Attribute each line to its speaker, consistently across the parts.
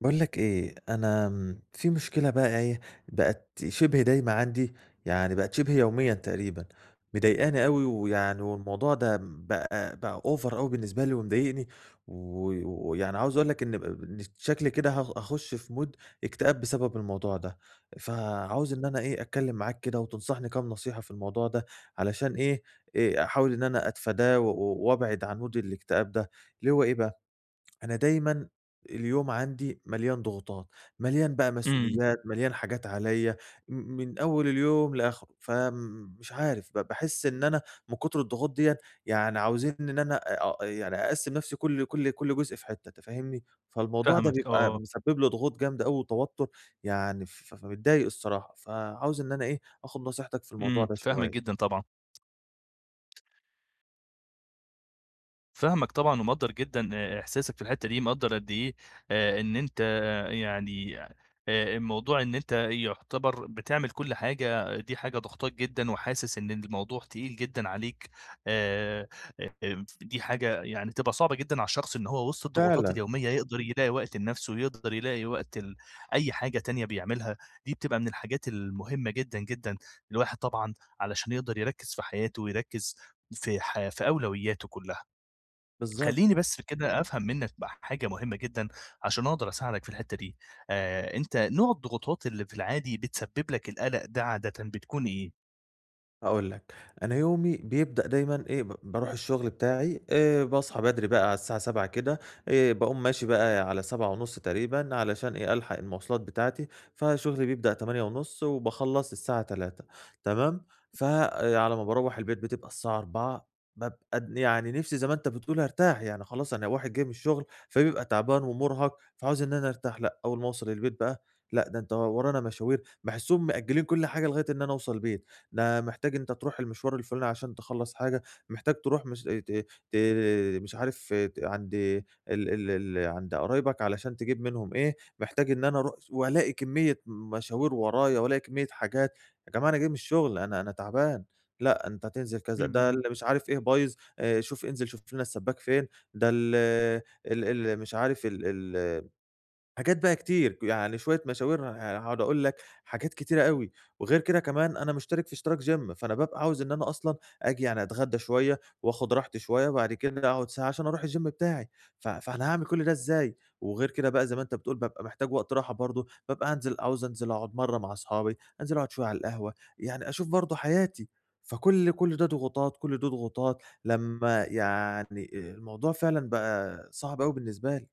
Speaker 1: باقول لك إيه، أنا في مشكلة بقى إيه، بقت شِبه دايمة عندي، يعني بقت شِبه يوميًا تقريبًا، مضايقاني أوي ويعني والموضوع ده بقى over أوي بالنسبة لي ومضايقني، و ويعني عاوز أقول لك إن شكلي كده هاخُش في mood اكتئاب بسبب الموضوع ده، فعاوز إن أنا إيه، أتكلّم معاك كده وتنصحني كام نصيحة في الموضوع ده علشان إيه، أحاول إن أنا أتفاداه وأبعد عن mood الاكتئاب ده، اللي هو إيه بقى. أنا دايمًا اليوم عندي مليان ضغوطات، مليان بقى
Speaker 2: إمم،
Speaker 1: مسؤوليات، مليان حاجات عليّا، من أول اليوم لآخره، فمش عارف باحس إن أنا من كتر الضغوط ديًّا يعني عاوزين إن أنا يعني أقسّم نفسي كل جزء في حتّة أنت فاهمني، فالموضوع ده
Speaker 2: فاهمك
Speaker 1: بيبقى
Speaker 2: آه.
Speaker 1: مسبب لي ضغوط جامدة أوي وتوتر، يعني فمتضايق الصراحة، فعاوز إن أنا إيه، آخد نصيحتك في الموضوع ده
Speaker 2: فاهمك
Speaker 1: شوية.
Speaker 2: جدًا طبعًا. فاهمك طبعًا ومقدّر جدًا إحساسك في الحتّة دي، مقدّر قد إيه إن أنت آه، يعني الموضوع إن أنت يُعتبر بتعمل كل حاجة، دي حاجة ضاغطاك جدًا وحاسس إن الموضوع تقيل جدًا عليك. آآ دي حاجة يعني تبقى صعبة جدًا على الشخص إن هو وسط الضغوطات
Speaker 1: فعلًا.
Speaker 2: اليومية يقدر يلاقي وقت لنَفْسه، يقدر يلاقي وقت ل أي حاجة تانية بيعملها، دي بتبقى من الحاجات المهمة جدًا، جدًا. الواحد طبعًا علشان يقدر يركّز في حياته ويركّز في أولوياته كلّها.
Speaker 1: بالضبط.
Speaker 2: خلّيني بس كده أفهم منّك بقى حاجة مهمة جدًا عشان أقدر أساعدك في الحتّة دي. أنت نوع الضغوطات اللي في العادي بتسبب لك القلق ده عادةً بتكون إيه؟
Speaker 1: هاقول لك، أنا يومي بيبدأ دايمًا إيه، باروح الشغل بتاعي، باصحى بدري بقى على الساعة 07:00 كده، باقوم ماشي بقى على 07:30 تقريبًا علشان إيه، ألحق المواصلات بتاعتي، فشغلي بيبدأ 08:30 وباخلّص الساعة 15:00 تمام، فعلى ما باروّح البيت بتبقى الساعة 16:00، بابقى يعني نِفْسي زي ما أنت بتقول أرتاح، يعني خلاص أنا واحد جاي من الشغل فبيبقى تعبان ومُرهَق، فعاوز إن أنا أرتاح، لأ، أول ما أوصل البيت بقى لأ، ده أنت ورانا مشاوير، باحسّهم مأجّلين كل حاجة لغاية إن أنا أوصل البيت. ده محتاج أنت تروح المشوار الفُلاني عشان تخلّص حاجة، محتاج تروح ت مش عارف عند ال ال ال عند قرايبك علشان تجيب منهم إيه، محتاج إن أنا أروح وألاقي كمية مشاوير ورايا وألاقي كمية حاجات، يا جماعة أنا جاي من الشغل أنا تعبان، لأ أنت هتنزل كذا، ده اللي مش عارف إيه بايظ، شوف انزل شوف لنا السباك فين، ده ال ال ال مش عارف ال ال حاجات بقى كتير، يعني شوية مشاوير هاقعد أقول لك حاجات كتيرة أوي. وغير كده كمان أنا مشترك في اشتراك gym فأنا بابقى عاوز إن أنا أصلًا آجي يعني أتغدى شوية وآخد راحتي شوية، وبعد كده أقعد ساعة عشان أروح الgym بتاعي، فأنا هاعمل كل ده إزاي؟ وغير كده بقى زي ما أنت بتقول بابقى محتاج وقت راحة برضه، بابقى هانزل عاوز أنزل أقعد مرة مع أصحابي، أنزل أقعد شوية على القهوة، يعني أشوف برضه حياتي، فكل ده ضغوطات، كل ده ضغوطات، لمّا يعني الموضوع فعلًا بقى صعب أوي بالنسبة لي.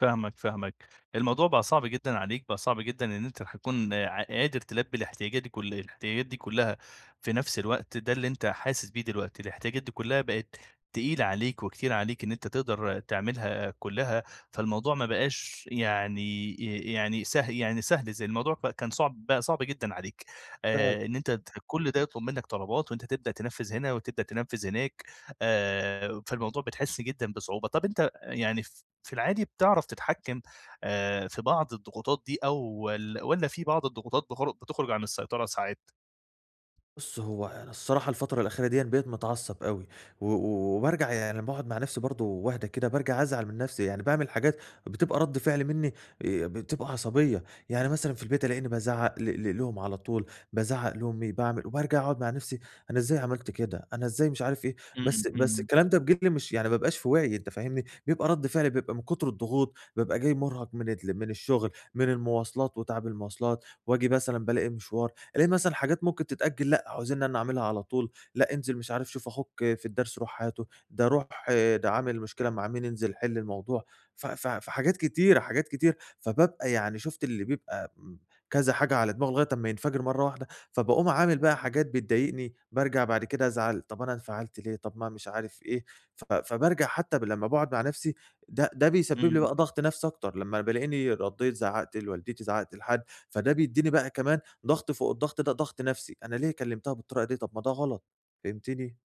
Speaker 2: فاهمك. الموضوع بقى صعب جدًا عليك، بقى صعب جدًا إن أنت هتكون قادر تلبّي الاحتياجات دي، كل الاحتياجات دي كلّها في نفس الوقت، ده اللي أنت حاسس بيه دلوقتي. الاحتياجات دي كلّها بقت تقيلة عليك وكتير عليك إن أنت تقدر تعملها كلّها، فالموضوع ما بقاش يعني ي يعني سه يعني سهل، زي الموضوع بقى كان صعب، بقى صعب جدًا عليك. إن أنت كل ده يطلب منّك طلبات وأنت تبدأ تنفّذ هنا وتبدأ تنفّذ هناك، فالموضوع بتحس جدًا بصعوبة. طَب أنت يعني في العادي بتعرف تتحكم في بعض الضغوطات دي، أو ول والّا في بعض الضغوطات بتخرج عن السيطرة ساعات؟
Speaker 1: بُص، هو أنا الصراحة الفترة الأخيرة ديًّا بقيت متعصب أوي، و و وبارجع يعني لمّا باقعد مع نفسي برضه واهدى كده، بارجع أزعل من نفسي، يعني باعمل حاجات بتبقى رد فعل مني، بتبقى عصبية، يعني مثلًا في البيت ألاقيني بازعق ل ل لهم على طول، بازعق لأمي، باعمل وبارجع أقعد مع نفسي، أنا إزاي عملت كده، أنا إزاي مش عارف إيه. بس
Speaker 2: إمم،
Speaker 1: بس
Speaker 2: إمم،
Speaker 1: الكلام ده بجيل مش يعني ما بابقاش في وعيي أنت فاهمني، بيبقى رد فعلي بيبقى من كتر الضغوط، بابقى جاي مرهق من الشغل، من المواصلات وتعب المواصلات، وآجي مثلًا بالاقي مشوار، ألاقي مثلًا حاجات ممكن تتأجل، لأ عاوزينّي أنا أعملها على طول، لأ انزل مش عارف شوف أخوك في الدرس روح هاته، ده روح آه، ده عامل مشكلة مع مين انزل حل الموضوع، ف ف فحاجات كتيرة، حاجات كتير، فبابقى يعني شُفت اللي بيبقى كذا حاجة على دماغه لغاية أمّا ينفجر مرّة واحدة، فباقوم عامل بقى حاجات بتضايقني، بارجع بعد كده أزعل، طَب أنا انفعلت ليه، طَب ما مش عارف إيه، فبارجع حتى لمّا باقعد مع نَفْسي، ده بيسبب لي
Speaker 2: إمم.
Speaker 1: بقى ضغط نَفْسي أكتر، لمّا بالاقيني ردّيت زعّقت لوالدتي، زعّقت لحد، فده بيدّيني بقى كمان ضغط فوق الضغط، ده ضغط نفسي، أنا ليه كلمتها بالطريقة دي؟ طب ما ده غلط، فهمتني؟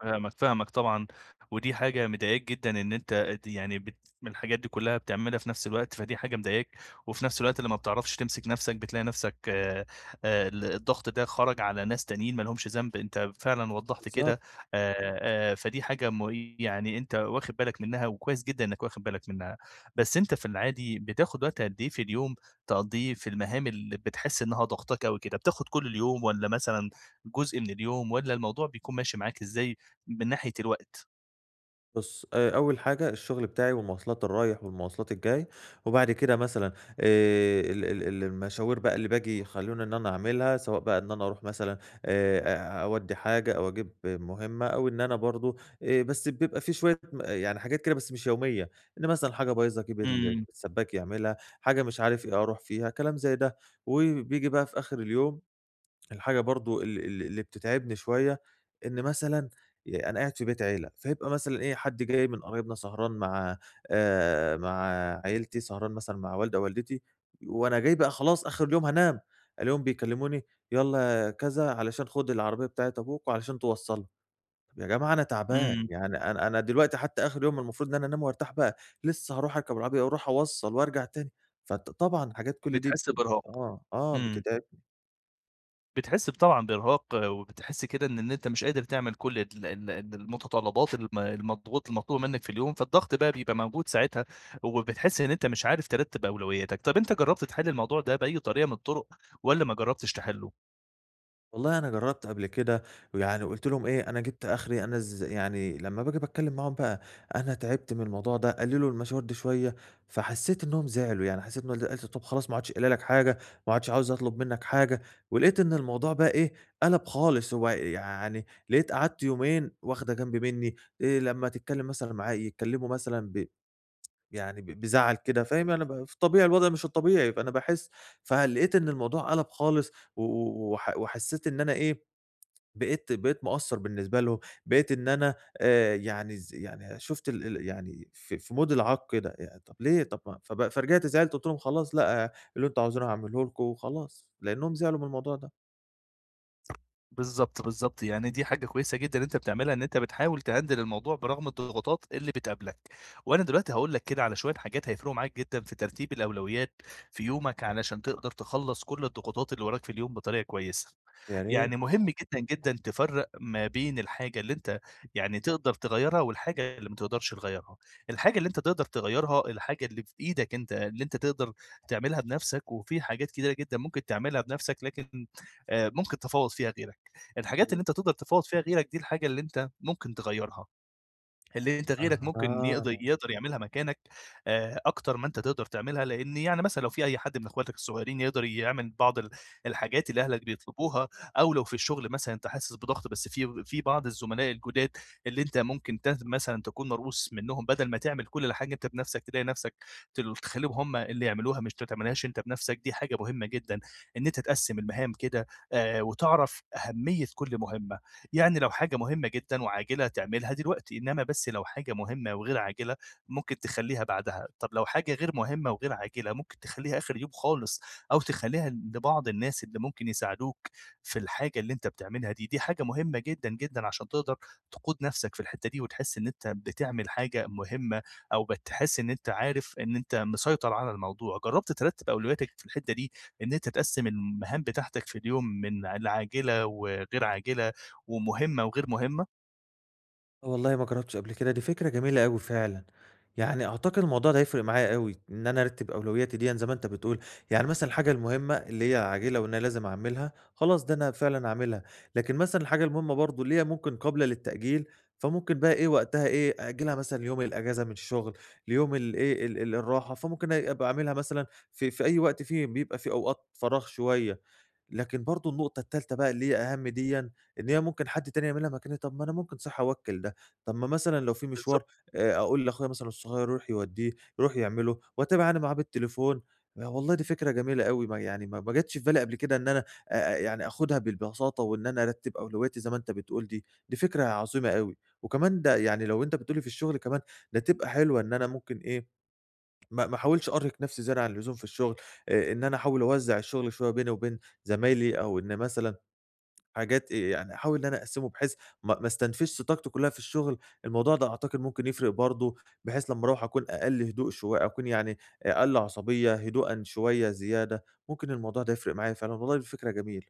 Speaker 2: فاهمك طبعًا. ودي حاجة مضايقاك جدًا إن أنت د يعني بت من الحاجات دي كلّها بتعملها في نفس الوقت، فدي حاجة مضايقاك. وفي نفس الوقت لمّا بتعرفش تمسك نفسك بتلاقي نفسك، ال الضغط ده خرج على ناس تانيين ما لهمش ذنب، أنت فعلًا وضّحت
Speaker 1: بالضبط.
Speaker 2: كده. آآ، فدي حاجة يعني أنت واخد بالك منها وكويس جدًا إنك واخد بالك منها. بس أنت في العادي بتاخد وقت قد إيه في اليوم تقضّيه في المهام اللي بتحس إنها ضاغطاك أوي كده؟ بتاخد كل اليوم، والّا مثلًا جزء من اليوم، والّا الموضوع بيكون ماشي معاك إزاي؟ من ناحية الوقت.
Speaker 1: بُص، أول حاجة الشغل بتاعي والمواصلات الرايح والمواصلات الجاي، وبعد كده مثلًا، ال ال ال المشاوير بقى اللي باجي يخلّوني إن أنا أعملها، سواء بقى إن أنا أروح مثلًا، أودّي حاجة أو أجيب مهمة أو إن أنا برضه بس بيبقى في شوية يعني حاجات كده بس مش يومية، إن مثلًا حاجة بايظة أجيب
Speaker 2: إمم،
Speaker 1: السباك يعملها، حاجة مش عارف إيه أروح فيها، كلام زي ده، وبييجي بقى في آخر اليوم الحاجة برضه ال ال اللي بتتعبني شوية، إن مثلًا أنا قاعد في بيت عيلة، فيبقى مثلًا إيه، حد جاي من قرايبنا سهران مع مع عيلتي، سهران مثلًا مع والدة والدتي، وأنا جاي بقى خلاص آخر اليوم هانام، ألاقيهم بيكلموني: "يالّا كذا علشان خد العربية بتاعة أبوك وعلشان توصّلها." طب يا جماعة أنا تعبان،
Speaker 2: إمم،
Speaker 1: يعني أنا دلوقتي حتى آخر يوم المفروض إن أنا أنام وأرتاح بقى، لسه هاروح أركب العربية وأروح أوصّل وأرجع تاني، طبعًا حاجات كل دي
Speaker 2: بتحس بإرهاق.
Speaker 1: آه، آه
Speaker 2: إمم،
Speaker 1: بتتعبني.
Speaker 2: بتحس طبعًا بإرهاق، وبتحس كده إن أنت مش قادر تعمل كل ال ال ال المتطلبات المطلوبة منك في اليوم، فالضغط بقى بيبقى موجود ساعتها، وبتحس إن أنت مش عارف ترتب أولوياتك. طب أنت جربت تحل الموضوع ده بأي طريقة من الطرق، والّا ما جربتش تحله؟
Speaker 1: والله أنا جرّبت قبل كده، ويعني قُلت لهم إيه، أنا جِبت آخري، أنا يعني لمّا باجي باتكلّم معاهم بقى، أنا تعبت من الموضوع ده، قلّلوا المشاوير دي شوية، فحسّيت إنّهم زعلوا، يعني حسّيت إن والدتي قالت لي: "طَب خلاص ما عادش قايله لك حاجة، ما عادش عاوزة أطلب منّك حاجة." ولقيت إن الموضوع بقى إيه، قَلَب خالص، هو يعني لقيت قعدت يومين واخدة جنب منّي، لمّا تتكلّم مثلًا معايا يتكلّموا مثلًا يعني بزعل كده فاهم، أنا في طبيعي الوضع مش الطبيعي، فأنا باحس، فلقيت إن الموضوع قَلَب خالص و و وح وحسّيت إن أنا إيه، بقيت مقصّر بالنسبة لهم، بقيت إن أنا، يعني يعني شُفت ال ال يعني في مود العاق كده، طَب ليه؟ طَب ما فرجعت زعلت قُلت لهم خلاص لأ، آه، اللي أنتم عاوزينه هاعمله لكم وخلاص، لإنّهم زعلوا من الموضوع ده.
Speaker 2: بالظبط، يعني دي حاجه كويسه جدا انت بتعملها، ان انت بتحاول تهندل الموضوع برغم الضغوطات اللي بتقابلك. وانا دلوقتي هقول لك كده على شويه حاجات هيفرقوا معاك جدا في ترتيب الاولويات في يومك، علشان تقدر تخلص كل الضغوطات اللي وراك في اليوم بطريقه كويسه.
Speaker 1: يا ريت.
Speaker 2: يعني مهم جدًا، جدًا تفرّق ما بين الحاجة اللي أنت يعني تقدر تغيّرها، والحاجة اللي ما تقدرش تغيّرها. الحاجة اللي أنت تقدر تغيّرها الحاجة اللي في إيدك أنت، اللي أنت تقدر تعملها بنَفْسك. وفي حاجات كتيرة جدًا ممكن تعملها بنَفْسك، لكن ممكن تفاوض فيها غيرك. الحاجات
Speaker 1: إمم.
Speaker 2: اللي أنت تقدر تفاوض فيها غيرك دي الحاجة اللي أنت ممكن تغيّرها. اللي أنت غيرك ممكن يقدر
Speaker 1: أها.
Speaker 2: يقدر يعملها مكانك، أكتر ما أنت تقدر تعملها. لإن يعني مثلًا لو في أي حد من أخواتك الصغيرين يقدر يعمل بعض الحاجات اللي أهلك بيطلبوها، أو لو في الشغل مثلًا أنت حاسس بضغط، بس في بعض الزملاء الجداد اللي أنت ممكن مثلًا تكون مرؤوس منهم، بدل ما تعمل كل الحاجة أنت بنفسك، تلاقي نفسك تخليهم هم اللي يعملوها، مش ما تعملهاش أنت بنفسك. دي حاجة مهمة جدًا إن أنت تقسّم المهام كده، وتعرف أهمية كل مهمة. يعني لو حاجة مهمة جدًا وعاجلة تعملها دلوقتي، إنما بس لو حاجة مهمة وغير عاجلة ممكن تخلّيها بعدها. طب لو حاجة غير مهمة وغير عاجلة ممكن تخلّيها آخر يوم خالص، أو تخلّيها لبعض الناس اللي ممكن يساعدوك في الحاجة اللي أنت بتعملها دي. دي حاجة مهمة جدًا، جدًا عشان تقدر تقود نفسك في الحتّة دي، وتحس إن أنت بتعمل حاجة مهمة، أو بتحس إن أنت عارف إن أنت مسيطر على الموضوع. جرّبت ترتّب أولوياتك في الحتّة دي، إن أنت تقسّم المهام بتاعتك في اليوم من العاجلة وغير عاجلة؟ ومهمة وغير مهمة؟
Speaker 1: والله ما جربتش قبل كده، دي فكرة جميلة أوي فعلًا، يعني أعتقد الموضوع ده هيفرق معايا أوي، إن أنا أرتب أولوياتي ديًا زي ما أنت بتقول، يعني مثلًا الحاجة المهمة اللي هي عاجلة وإن أنا لازم أعملها، خلاص ده أنا فعلًا هاعملها، لكن مثلًا الحاجة المهمة برضه اللي هي ممكن قابلة للتأجيل، فممكن بقى إيه وقتها إيه أأجلها مثلًا ليوم الأجازة من الشغل، ليوم الإيه ال ال الراحة، فممكن أبقى أعملها مثلًا في أي وقت فيه بيبقى فيه أوقات فراغ شوية، لكن برضه النقطة التالتة بقى اللي هي أهم ديًا، إن هي ممكن حد تاني يعملها مكاني، طب ما أنا ممكن صح أوكّل ده، طب ما مثلًا لو في
Speaker 2: بالضبط،
Speaker 1: مشوار، أقول لأخويا مثلًا الصغير يروح يوديه، يروح يعمله، وأتابع أنا معاه بالتليفون. آه، والله دي فكرة جميلة أوي، ما يعني ما جاتش في بالي قبل كده إن أنا، يعني آخدها بالبساطة وإن أنا أرتّب أولوياتي زي ما أنت بتقول دي، دي فكرة عظيمة أوي، وكمان ده يعني لو أنت بتقول لي في الشغل كمان، ده تبقى حلوة إن أنا ممكن إيه ما احاولش أرهق نفسي زيادة عن اللزوم في الشغل، إن أنا أحاول أوزّع الشغل شوية بيني وبين زمايلي، أو إن مثلًا حاجات يعني أحاول إن أنا أقسّمه بحيث ما استنفذش طاقتي كلّها في الشغل، الموضوع ده أعتقد ممكن يفرق برضه، بحيث لمّا أروّح أكون أقل هدوء شوية أكون يعني أقل عصبية، هدوءًا شوية زيادة، ممكن الموضوع ده يفرق معايا فعلًا، والله دي فكرة جميلة.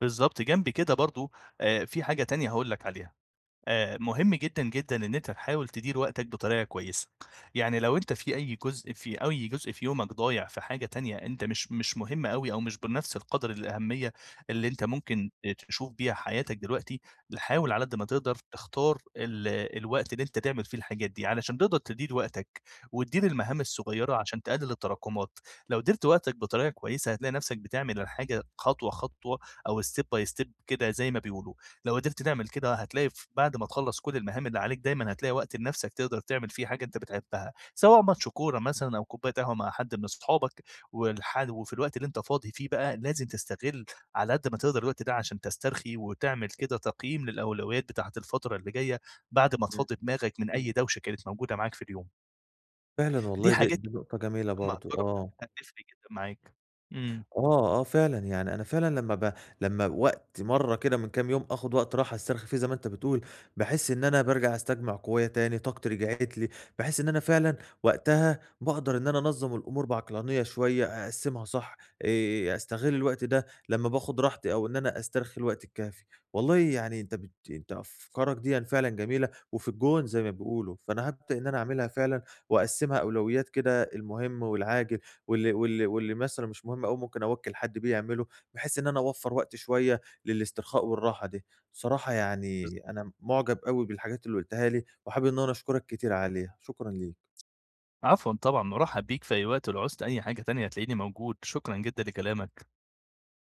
Speaker 2: بالضبط، جنب كده برضه في حاجة تانية هاقول لك عليها. مهم جدًا، جدًا إن أنت تحاول تدير وقتك بطريقة كويسة. يعني لو أنت في أي جزء، في أي جزء في يومك ضايع في حاجة تانية أنت مش مهم أوي، أو مش بنفس القدر الأهمية اللي أنت ممكن تشوف بيها حياتك دلوقتي، حاول على قد ما تقدر تختار الوقت اللي أنت تعمل فيه الحاجات دي، علشان تقدر تدير وقتك وتدير المهام الصغيرة عشان تقلل التراكمات. لو دِرت وقتك بطريقة كويسة هتلاقي نفسك بتعمل الحاجة خطوة، خطوة، أو step by step كده زي ما بيقولوا. لو قدرت تعمل كده هتلاقي بعد ما تخلّص كل المهام اللي عليك دايمًا هتلاقي وقت لنَفْسك تقدر تعمل فيه حاجة أنت بتحبها، سواء ماتش كورة مثلًا أو كوباية قهوة مع حد من أصحابك. والح وفي الوقت اللي أنت فاضي فيه بقى لازم تستغل على قد ما تقدر الوقت ده، عشان تسترخي وتعمل كده تقييم للأولويات بتاعة الفترة اللي جاية، بعد ما تفضّي
Speaker 1: إمم.
Speaker 2: دماغك من أي دوشة كانت موجودة معاك في اليوم.
Speaker 1: فعلًا والله
Speaker 2: دي
Speaker 1: دي
Speaker 2: حاجات
Speaker 1: دي نقطة جميلة
Speaker 2: لمّا
Speaker 1: برضه،
Speaker 2: هتجرّب تعملها
Speaker 1: آه.
Speaker 2: هتفرق جدًا معاك. إمم،
Speaker 1: آه، آه فعلًا، يعني أنا فعلًا لمّا وقت مرّة كده من كام يوم آخُد وقت راحة أسترخي فيه زي ما أنت بتقول، باحس إن أنا بارجع أستجمع قوايا تاني، طاقتي رجعت لي، باحس إن أنا فعلًا وقتها باقدر إن أنا أنظّم الأمور بعقلانية شوية، أقسّمها صح، أستغِل الوقت ده لمّا باخُد راحتي أو إن أنا أسترخي الوقت الكافي. والله يعني أنت أفكارك ديًا فعلًا جميلة وفي الجون زي ما بيقولوا، فأنا هابدأ إن أنا أعملها فعلًا وأقسّمها أولويات كده، المهم والعاجل واللي مثلًا مش مهم أوي ممكن أوكّل حد بيه يعمله، بحيث إن أنا أوفّر وقت شوية للاسترخاء والراحة دي. بصراحة
Speaker 2: بالض
Speaker 1: يعني أنا معجب أوي بالحاجات اللي قُلتها لي، وحابب إن أنا أشكرك كتير عليها، شكرًا ليك.
Speaker 2: عفوًا طبعًا، مُرحّب بيك في أي وقت، ولو عُزت أي حاجة تانية هتلاقيني موجود، شكرًا جدًا لكلامك.